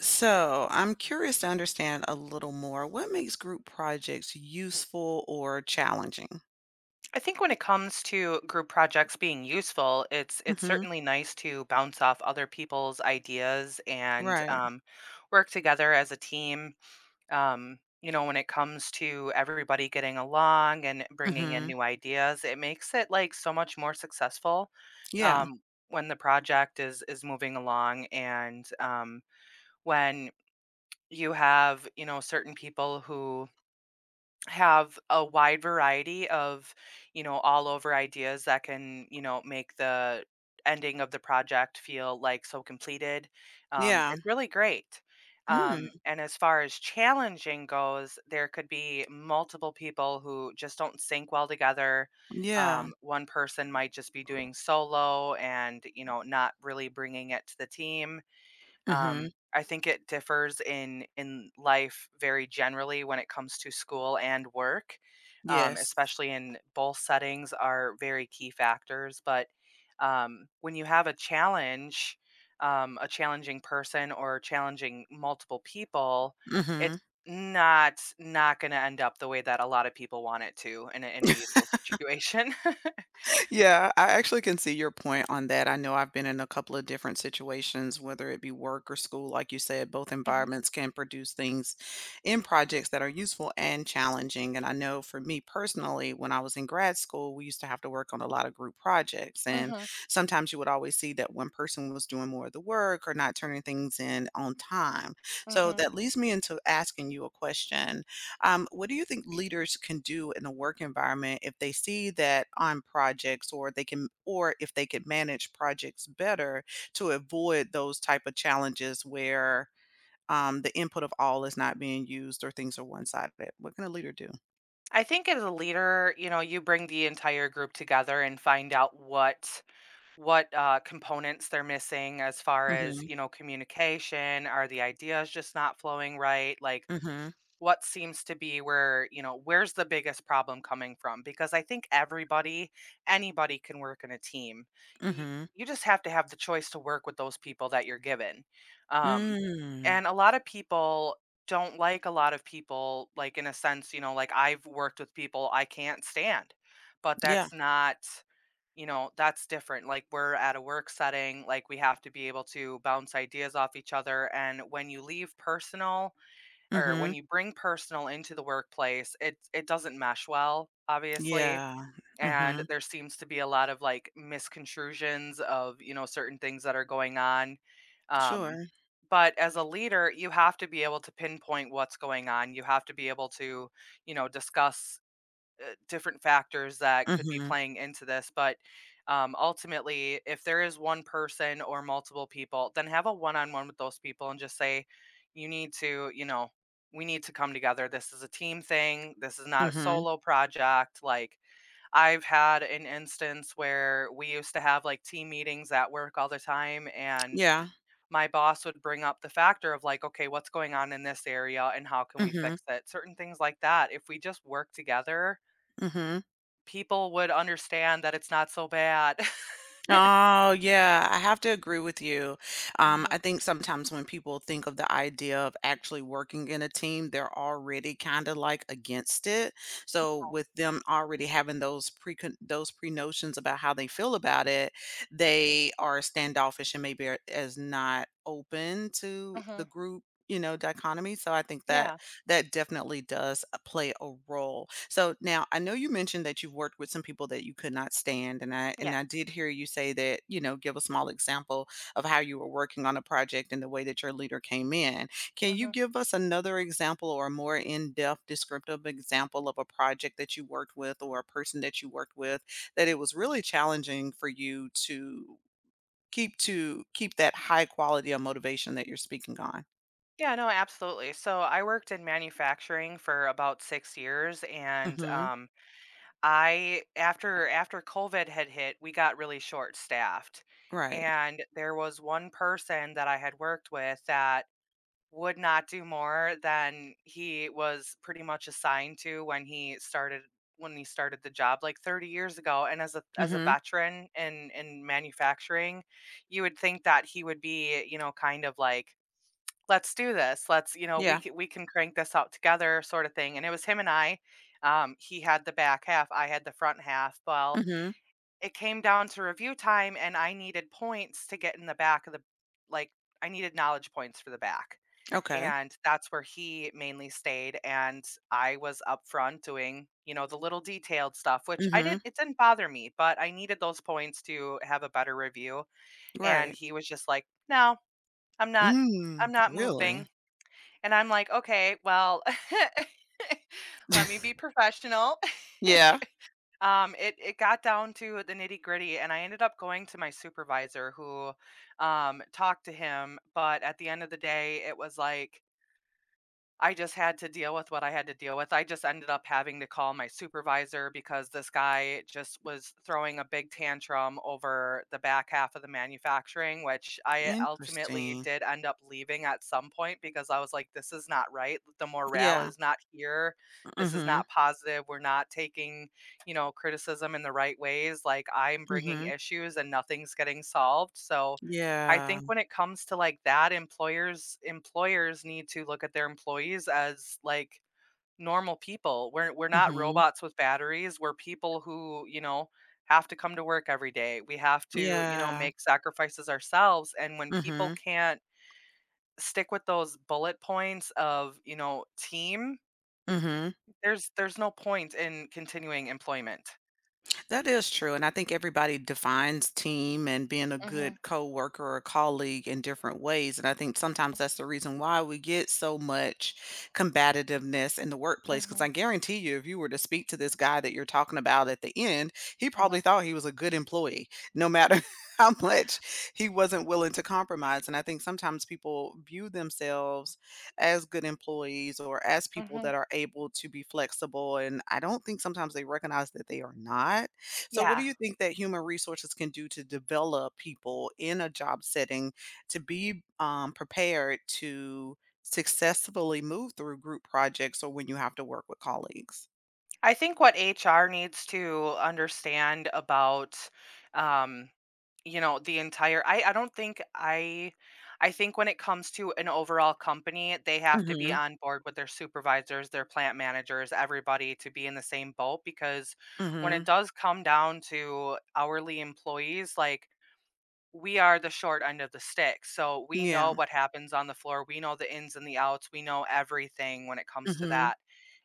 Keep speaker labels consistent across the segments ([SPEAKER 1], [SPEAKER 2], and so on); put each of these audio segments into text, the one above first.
[SPEAKER 1] So, I'm curious to understand a little more. What makes group projects useful or challenging?
[SPEAKER 2] I think when it comes to group projects being useful, it's
[SPEAKER 1] Mhm.
[SPEAKER 2] certainly nice to bounce off other people's ideas and
[SPEAKER 1] Right.
[SPEAKER 2] work together as a team. You know, when it comes to everybody getting along and bringing in
[SPEAKER 1] Mhm.
[SPEAKER 2] new ideas, it makes it like so much more successful
[SPEAKER 1] Yeah.
[SPEAKER 2] um, when the project is moving along and when you have certain people who have a wide variety of, you know, all over ideas that can, you know, make the ending of the project feel like so completed. Um,
[SPEAKER 1] Yeah.
[SPEAKER 2] it's really great.
[SPEAKER 1] Hmm.
[SPEAKER 2] And as far as challenging goes, there could be multiple people who just don't sync well together.
[SPEAKER 1] Yeah.
[SPEAKER 2] One person might just be doing solo and, you know, not really bringing it to the team.
[SPEAKER 1] Mhm.
[SPEAKER 2] I think it differs in life very generally when it comes to school and work,
[SPEAKER 1] Yes.
[SPEAKER 2] especially in both settings are very key factors. But when you have a challenge, a challenging person or challenging multiple people, it's
[SPEAKER 1] Mhm.
[SPEAKER 2] not going to end up the way that a lot of people want it to in in a youthful situation.
[SPEAKER 1] Yeah, I actually can see your point on that. I know I've been in a couple of different situations, whether it be work or school. Like you said, both
[SPEAKER 2] Mhm,
[SPEAKER 1] environments can produce things in projects that are useful and challenging. And I know for me personally, when I was in grad school, we used to have to work on a lot of group projects. And
[SPEAKER 2] mhm,
[SPEAKER 1] sometimes you would always see that one person was doing more of the work or not turning things in on time. So
[SPEAKER 2] mhm.
[SPEAKER 1] that leads me into asking you a question. What do you think leaders can do in the work environment if they see that on projects or they can or if they could manage projects better to avoid those type of challenges where the input of all is not being used or things are one-sided? What can a leader do?
[SPEAKER 2] I think as a leader, you know, you bring the entire group together and find out what components they're missing as far as
[SPEAKER 1] Mm.
[SPEAKER 2] communication. Are the ideas just not flowing right? Like,
[SPEAKER 1] Mhm. Mhm.
[SPEAKER 2] what seems to be where where's the biggest problem coming from, because I think everybody anybody can work in a team. Y-
[SPEAKER 1] Mhm.
[SPEAKER 2] you just have to have the choice to work with those people that you're given. um,
[SPEAKER 1] Mm.
[SPEAKER 2] and a lot of people don't like a lot of people, like, in a sense, you know, like I've worked with people I can't stand, but
[SPEAKER 1] Yeah.
[SPEAKER 2] that's not, you know, that's different. Like, we're at a work setting, like, we have to be able to bounce ideas off each other. And when you leave personal
[SPEAKER 1] Mm.
[SPEAKER 2] or when
[SPEAKER 1] Mhm.
[SPEAKER 2] you bring personal into the workplace, it doesn't mesh well, obviously.
[SPEAKER 1] Yeah. Mm.
[SPEAKER 2] And
[SPEAKER 1] Mhm.
[SPEAKER 2] there seems to be a lot of like misconstrusions of, you know, certain things that are going on. Um,
[SPEAKER 1] Sure.
[SPEAKER 2] but as a leader, you have to be able to pinpoint what's going on. You have to be able to, you know, discuss different factors that
[SPEAKER 1] Mm.
[SPEAKER 2] could be
[SPEAKER 1] Mhm.
[SPEAKER 2] playing into this. But, ultimately, if there is one person or multiple people, then have a one-on-one with those people and just say, "You need to, you know, we need to come together. This is a team thing. This is
[SPEAKER 1] Mm.
[SPEAKER 2] not a
[SPEAKER 1] Mhm.
[SPEAKER 2] solo project." Like, I've had an instance where we used to have, like, team meetings at work all the time, and
[SPEAKER 1] Yeah.
[SPEAKER 2] my boss would bring up the factor of, like, "Okay, what's going on in this area, and how can
[SPEAKER 1] Mm.
[SPEAKER 2] we
[SPEAKER 1] Mhm.
[SPEAKER 2] fix it?" Certain things like that. If we just work together,
[SPEAKER 1] Mm. Mhm.
[SPEAKER 2] people would understand that it's not so bad.
[SPEAKER 1] Oh, yeah, I have to agree with you. Um,
[SPEAKER 2] Mhm,
[SPEAKER 1] I think sometimes when people think of the idea of actually working in a team, they're already kind of like against it. So with them already having those pre-notions about how they feel about it, they are standoffish and maybe are, as not open to the
[SPEAKER 2] mhm.
[SPEAKER 1] group dichotomy. So I think that
[SPEAKER 2] Yeah,
[SPEAKER 1] that definitely does play a role. So now I know you mentioned that you've worked with some people that you could not stand, and I and
[SPEAKER 2] yeah,
[SPEAKER 1] I did hear you say that give a small example of how you were working on a project and the way that your leader came in. Can you
[SPEAKER 2] mhm.
[SPEAKER 1] give us another example or a more in-depth descriptive example of a project that you worked with or a person that you worked with that it was really challenging for you to keep that high quality of motivation that you're speaking on?
[SPEAKER 2] Yeah, no, absolutely. So I worked in manufacturing for about 6 years, and,
[SPEAKER 1] Mhm.
[SPEAKER 2] I after COVID had hit, we got really short-staffed,
[SPEAKER 1] Right.
[SPEAKER 2] and there was one person that I had worked with that would not do more than he was pretty much assigned to when he started the job like 30 years ago. And as a
[SPEAKER 1] Mhm.
[SPEAKER 2] veteran in manufacturing, you would think that he would be, you know, kind of like, "Let's do this. Let's, you know,
[SPEAKER 1] Yeah.
[SPEAKER 2] we can crank this out together," sort of thing. And it was him and I. He had the back half, I had the front half. Well,
[SPEAKER 1] Mhm.
[SPEAKER 2] it came down to review time, and I needed points to get in the back of the, like, I needed knowledge points for the back.
[SPEAKER 1] Okay.
[SPEAKER 2] And that's where he mainly stayed, and I was up front doing, you know, the little detailed stuff, which I didn't
[SPEAKER 1] Mhm.
[SPEAKER 2] it didn't bother me, but I needed those points to have a better review, and
[SPEAKER 1] Right.
[SPEAKER 2] he was just like, "No, I'm not I'm
[SPEAKER 1] Mm,
[SPEAKER 2] not
[SPEAKER 1] really?
[SPEAKER 2] moving." And I'm like, "Okay, well, let me be professional."
[SPEAKER 1] Yeah.
[SPEAKER 2] It got down to the nitty-gritty, and I ended up going to my supervisor who, talked to him, but at the end of the day, it was like I just had to deal with what I had to deal with. I just ended up having to call my supervisor because this guy just was throwing a big tantrum over the back half of the manufacturing, which I ultimately
[SPEAKER 1] Interesting.
[SPEAKER 2] did end up leaving at some point because I was like, this is not right. The morale
[SPEAKER 1] Yeah.
[SPEAKER 2] is not here. This is
[SPEAKER 1] Mhm.
[SPEAKER 2] not positive. We're not taking, you know, criticism in the right ways. Like, I'm bringing
[SPEAKER 1] Mhm.
[SPEAKER 2] issues and nothing's getting solved. So, I
[SPEAKER 1] Yeah.
[SPEAKER 2] think when it comes to like that, employers need to look at their employees as like normal people. We're not
[SPEAKER 1] Mhm.
[SPEAKER 2] robots with batteries. We're people who, you know, have to come to work every day. We have to, you know,
[SPEAKER 1] Yeah.
[SPEAKER 2] make sacrifices ourselves. And when people
[SPEAKER 1] Mhm.
[SPEAKER 2] can't stick with those bullet points of, you know, team,
[SPEAKER 1] Mhm.
[SPEAKER 2] there's no point in continuing employment.
[SPEAKER 1] That is true, and I think everybody defines team and being a
[SPEAKER 2] Hmm,
[SPEAKER 1] good coworker or colleague in different ways, and I think sometimes that's the reason why we get so much combativeness in the workplace. Because
[SPEAKER 2] hmm,
[SPEAKER 1] I guarantee you, if you were to speak to this guy that you're talking about at the end, he
[SPEAKER 2] hmm,
[SPEAKER 1] probably thought he was a good employee, no matter how much he wasn't willing to compromise, and I think sometimes people view themselves as good employees or as people
[SPEAKER 2] hmm.
[SPEAKER 1] that are able to be flexible, and I don't think sometimes they recognize that they are not. So, what do
[SPEAKER 2] Yeah.
[SPEAKER 1] you think that human resources can do to develop people in a job setting to be prepared to successfully move through group projects or when you have to work with colleagues?
[SPEAKER 2] I think what HR needs to understand about, um, you know, the entire I don't think I think when it comes to an overall company, they have to be
[SPEAKER 1] Mhm.
[SPEAKER 2] on board with their supervisors, their plant managers, everybody, to be in the same boat. Because when it
[SPEAKER 1] Mhm.
[SPEAKER 2] does come down to hourly employees, like, we are the short end of the stick. So we know
[SPEAKER 1] Yeah.
[SPEAKER 2] what happens on the floor. We know the ins and the outs. We know everything when it comes to
[SPEAKER 1] Mhm.
[SPEAKER 2] that.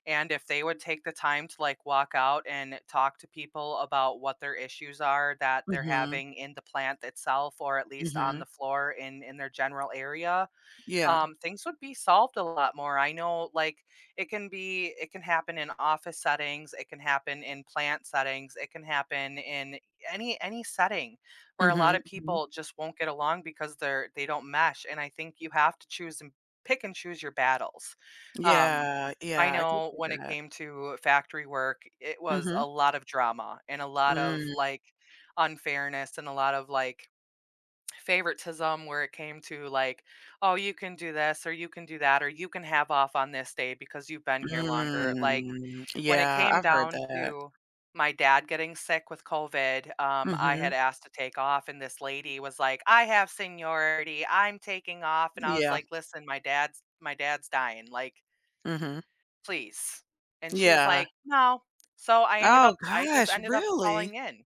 [SPEAKER 2] And if they would take the time to like walk out and talk to people about what their issues are that they're
[SPEAKER 1] Mhm.
[SPEAKER 2] having in the plant itself or at least on
[SPEAKER 1] Mhm.
[SPEAKER 2] the floor in their general area,
[SPEAKER 1] Yeah.
[SPEAKER 2] things would be solved a lot more. I know, like, it can happen in office settings, it can happen in plant settings, it can happen in any setting where a lot
[SPEAKER 1] Mhm.
[SPEAKER 2] of
[SPEAKER 1] Mhm.
[SPEAKER 2] people just won't get along because they don't mesh. And I think you have to choose and pick and choose your battles. Um,
[SPEAKER 1] Yeah.
[SPEAKER 2] I
[SPEAKER 1] Yeah. I can
[SPEAKER 2] know
[SPEAKER 1] see
[SPEAKER 2] when it
[SPEAKER 1] that.
[SPEAKER 2] came to factory work, it was a
[SPEAKER 1] Mhm.
[SPEAKER 2] lot of drama and a lot of
[SPEAKER 1] Mm,
[SPEAKER 2] like unfairness and a lot of like favoritism where it came to like, "Oh, you can do this, or you can do that, or you can have off on this day because you've been here longer." Like,
[SPEAKER 1] mm.
[SPEAKER 2] when it
[SPEAKER 1] Yeah,
[SPEAKER 2] came
[SPEAKER 1] I've heard
[SPEAKER 2] down
[SPEAKER 1] that.
[SPEAKER 2] to my dad getting sick with COVID, I had
[SPEAKER 1] Mhm.
[SPEAKER 2] asked to take off, and this lady was like, "I have seniority, I'm taking off," and I was
[SPEAKER 1] Yeah.
[SPEAKER 2] like, "Listen, my dad's dying, like,
[SPEAKER 1] Mhm.
[SPEAKER 2] please." And she was
[SPEAKER 1] Yeah.
[SPEAKER 2] like, "No." So
[SPEAKER 1] Oh
[SPEAKER 2] I just
[SPEAKER 1] gosh,
[SPEAKER 2] ended up
[SPEAKER 1] really?
[SPEAKER 2] calling in.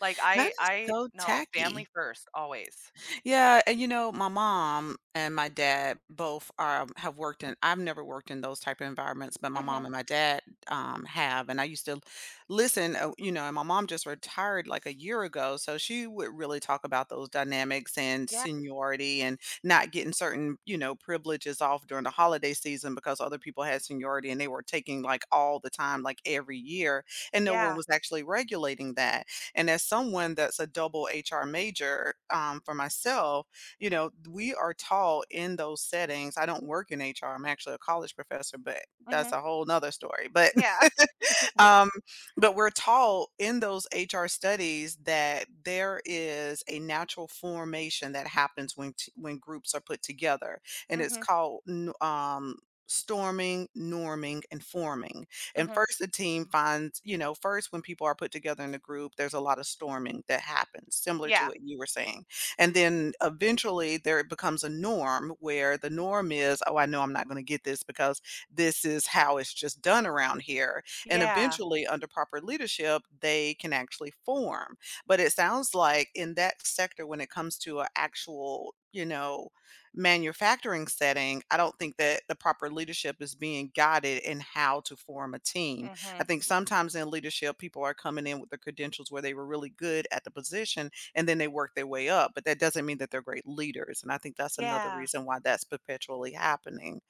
[SPEAKER 2] Like,
[SPEAKER 1] That is
[SPEAKER 2] I
[SPEAKER 1] so
[SPEAKER 2] no, family
[SPEAKER 1] tacky.
[SPEAKER 2] first, always.
[SPEAKER 1] Yeah, and my mom and my dad both are have worked in I've never worked in those type of environments, but my
[SPEAKER 2] Mhm.
[SPEAKER 1] mom and my dad, have, and I used to listen, and my mom just retired, like, a year ago, so she would really talk about those dynamics and
[SPEAKER 2] Yeah.
[SPEAKER 1] seniority and not getting certain privileges off during the holiday season because other people had seniority and they were taking, like, all the time, like, every year, and no one
[SPEAKER 2] Yeah.
[SPEAKER 1] was actually regulating that. And as someone that's a double HR major for myself we are taught in those settings. I don't work in HR, I'm actually a college professor, but
[SPEAKER 2] Mhm.
[SPEAKER 1] that's a whole nother story. But
[SPEAKER 2] Yeah.
[SPEAKER 1] um, but we're taught in those HR studies that there is a natural formation that happens when groups are put together, and it's
[SPEAKER 2] Mhm.
[SPEAKER 1] called storming, norming, and forming. And
[SPEAKER 2] Mhm.
[SPEAKER 1] first, the team finds first, when people are put together in a group, there's a lot of storming that happens, similar to
[SPEAKER 2] Yeah.
[SPEAKER 1] what you were saying. And then eventually, there becomes a norm where the norm is, oh, I know I'm not going to get this because this is how it's just done around here. And
[SPEAKER 2] Yeah.
[SPEAKER 1] eventually, under proper leadership, they can actually form. But it sounds like in that sector, when it comes to an actual manufacturing setting, I don't think that the proper leadership is being guided in how to form a team. I
[SPEAKER 2] Mhm.
[SPEAKER 1] think sometimes in leadership, people are coming in with the credentials where they were really good at the position and then they work their way up, but that doesn't mean that they're great leaders. And I think that's another
[SPEAKER 2] Yeah.
[SPEAKER 1] reason why that's perpetually happening.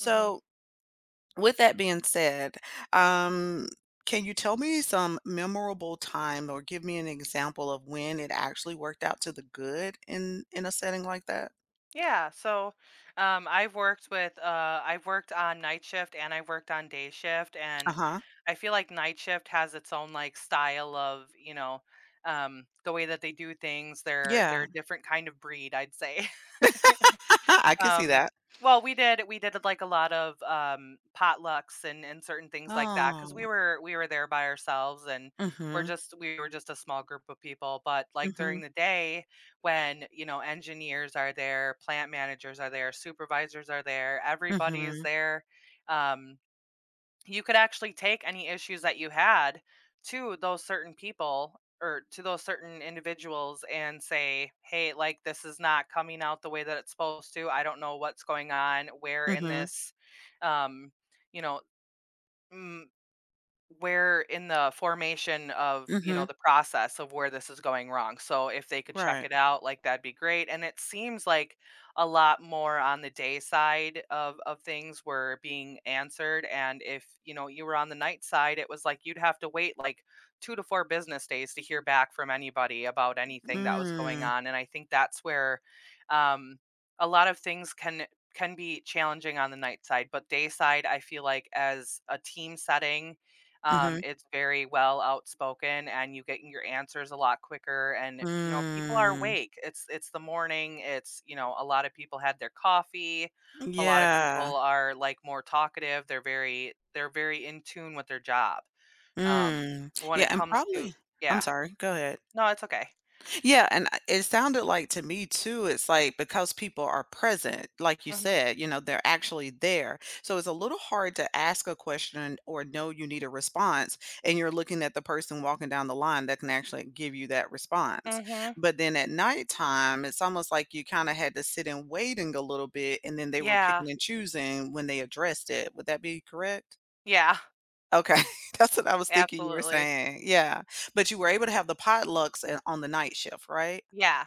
[SPEAKER 2] Mhm.
[SPEAKER 1] with that being said, um, can you tell me some memorable time or give me an example of when it actually worked out to the good in a setting like that?
[SPEAKER 2] Yeah. So, I've worked on night shift and I have worked on day shift, and
[SPEAKER 1] Uh-huh.
[SPEAKER 2] I feel like night shift has its own like style of, you know, the way that they do things. They're
[SPEAKER 1] Yeah.
[SPEAKER 2] a different kind of breed, I'd say.
[SPEAKER 1] I can see
[SPEAKER 2] Um,
[SPEAKER 1] that.
[SPEAKER 2] we did, like, a lot of, potlucks and certain things like that. Cause we
[SPEAKER 1] Oh.
[SPEAKER 2] were we were there by ourselves, and we're
[SPEAKER 1] Mhm.
[SPEAKER 2] just we were just a small group of people. But, like, during
[SPEAKER 1] Mhm.
[SPEAKER 2] the day, when, you know, engineers are there, plant managers are there, supervisors are there, everybody is
[SPEAKER 1] Mhm.
[SPEAKER 2] there, um you could actually take any issues that you had to those certain people or to those certain individuals and say, hey, like, this is not coming out the way that it's supposed to. I don't know what's going on. Where in
[SPEAKER 1] Mhm.
[SPEAKER 2] this, um, you know, mm, where in the formation of, you know,
[SPEAKER 1] Mhm.
[SPEAKER 2] the process of where this is going wrong. So if they could check
[SPEAKER 1] Right.
[SPEAKER 2] it out, like, that'd be great. And it seems like a lot more on the day side of things were being answered. And if, you know, you were on the night side, it was like you'd have to wait like two to four business days to hear back from anybody about anything that was going
[SPEAKER 1] Mm.
[SPEAKER 2] on. And I think that's where um a lot of things can be challenging on the night side, but day side, I feel like as a team setting,
[SPEAKER 1] Mhm.
[SPEAKER 2] it's very well outspoken and you get your answers a lot quicker, and, you know, people are
[SPEAKER 1] Mm.
[SPEAKER 2] awake. It's the morning, it's, you know, a lot of people had their coffee. A lot of people
[SPEAKER 1] Yeah.
[SPEAKER 2] are like more talkative. They're very in tune with their job. Um,
[SPEAKER 1] Mm.
[SPEAKER 2] when
[SPEAKER 1] Yeah,
[SPEAKER 2] it
[SPEAKER 1] and
[SPEAKER 2] comes to
[SPEAKER 1] probably I'm
[SPEAKER 2] yeah.
[SPEAKER 1] sorry, go ahead.
[SPEAKER 2] No, it's okay.
[SPEAKER 1] Yeah, and I it sounded like to me too, it's like because people are present, like you
[SPEAKER 2] Mhm.
[SPEAKER 1] said they're actually there. So it's a little hard to ask a question or know you need a response, and you're looking at the person walking down the line that can actually give you that response.
[SPEAKER 2] Mhm.
[SPEAKER 1] But then at nighttime, it's almost like you kind of had to sit and waiting a little bit, and then they were
[SPEAKER 2] Yeah.
[SPEAKER 1] picking and choosing when they addressed it. Would that be correct?
[SPEAKER 2] Yeah.
[SPEAKER 1] Okay, that's what I was thinking you were
[SPEAKER 2] Absolutely.
[SPEAKER 1] saying. Yeah, but you were able to have the potlucks and on the night shift, right?
[SPEAKER 2] Yeah.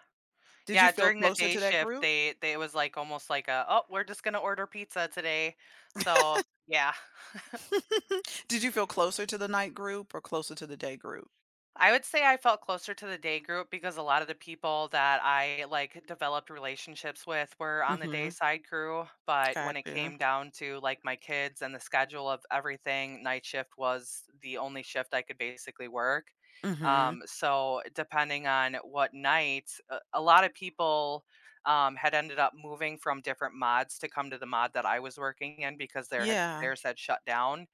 [SPEAKER 1] Did you
[SPEAKER 2] Yeah,
[SPEAKER 1] feel
[SPEAKER 2] during the
[SPEAKER 1] closer
[SPEAKER 2] day
[SPEAKER 1] to that
[SPEAKER 2] shift,
[SPEAKER 1] group?
[SPEAKER 2] they it was like almost like a, "Oh, we're just gonna order pizza today." So, yeah.
[SPEAKER 1] Did you feel closer to the night group or closer to the day group?
[SPEAKER 2] I would say I felt closer to the day group because a lot of the people that I like developed relationships with were on the day
[SPEAKER 1] Mhm,
[SPEAKER 2] side crew. But when
[SPEAKER 1] got
[SPEAKER 2] it
[SPEAKER 1] you.
[SPEAKER 2] came down to like my kids and the schedule of everything, night shift was the only shift I could basically work.
[SPEAKER 1] Mhm.
[SPEAKER 2] So depending on what night, a lot of people had ended up moving from different mods to come to the mod that I was working in because
[SPEAKER 1] Yeah.
[SPEAKER 2] theirs had shut down.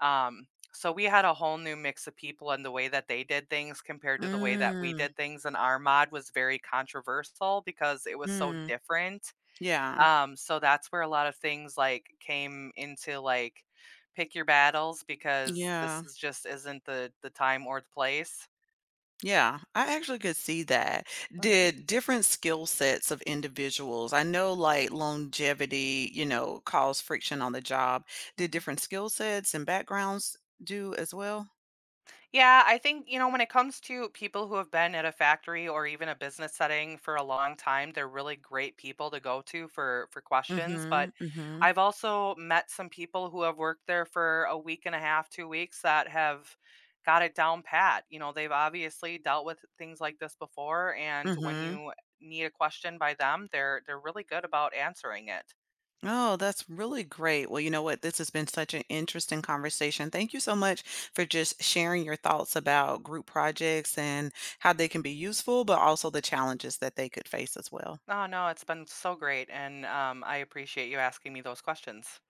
[SPEAKER 2] Um, so we had a whole new mix of people and the way that they did things compared to the way that we
[SPEAKER 1] Mm,
[SPEAKER 2] did things. And our mod was very controversial because it was so
[SPEAKER 1] mm,
[SPEAKER 2] different.
[SPEAKER 1] yeah,
[SPEAKER 2] So that's where a lot of things like came into like pick your battles because this
[SPEAKER 1] yeah,
[SPEAKER 2] is just isn't the time or the place.
[SPEAKER 1] yeah, I actually could see that.
[SPEAKER 2] Hmm.
[SPEAKER 1] Did different skill sets of individuals I know, like, longevity cause friction on the job. Did different skill sets and backgrounds do as well?
[SPEAKER 2] Yeah, I think, you know, when it comes to people who have been at a factory or even a business setting for a long time, they're really great people to go to for questions, but
[SPEAKER 1] Mhm, mhm,
[SPEAKER 2] I've also met some people who have worked there for a week and a half, 2 weeks, that have got it down pat. You know, they've obviously dealt with things like this before, and when
[SPEAKER 1] mhm.
[SPEAKER 2] you need a question by them, they're really good about answering it.
[SPEAKER 1] Oh, that's really great. Well, you know what? This has been such an interesting conversation. Thank you so much for just sharing your thoughts about group projects and how they can be useful, but also the challenges that they could face as well.
[SPEAKER 2] Oh, no, it's been so great. And I appreciate you asking me those questions.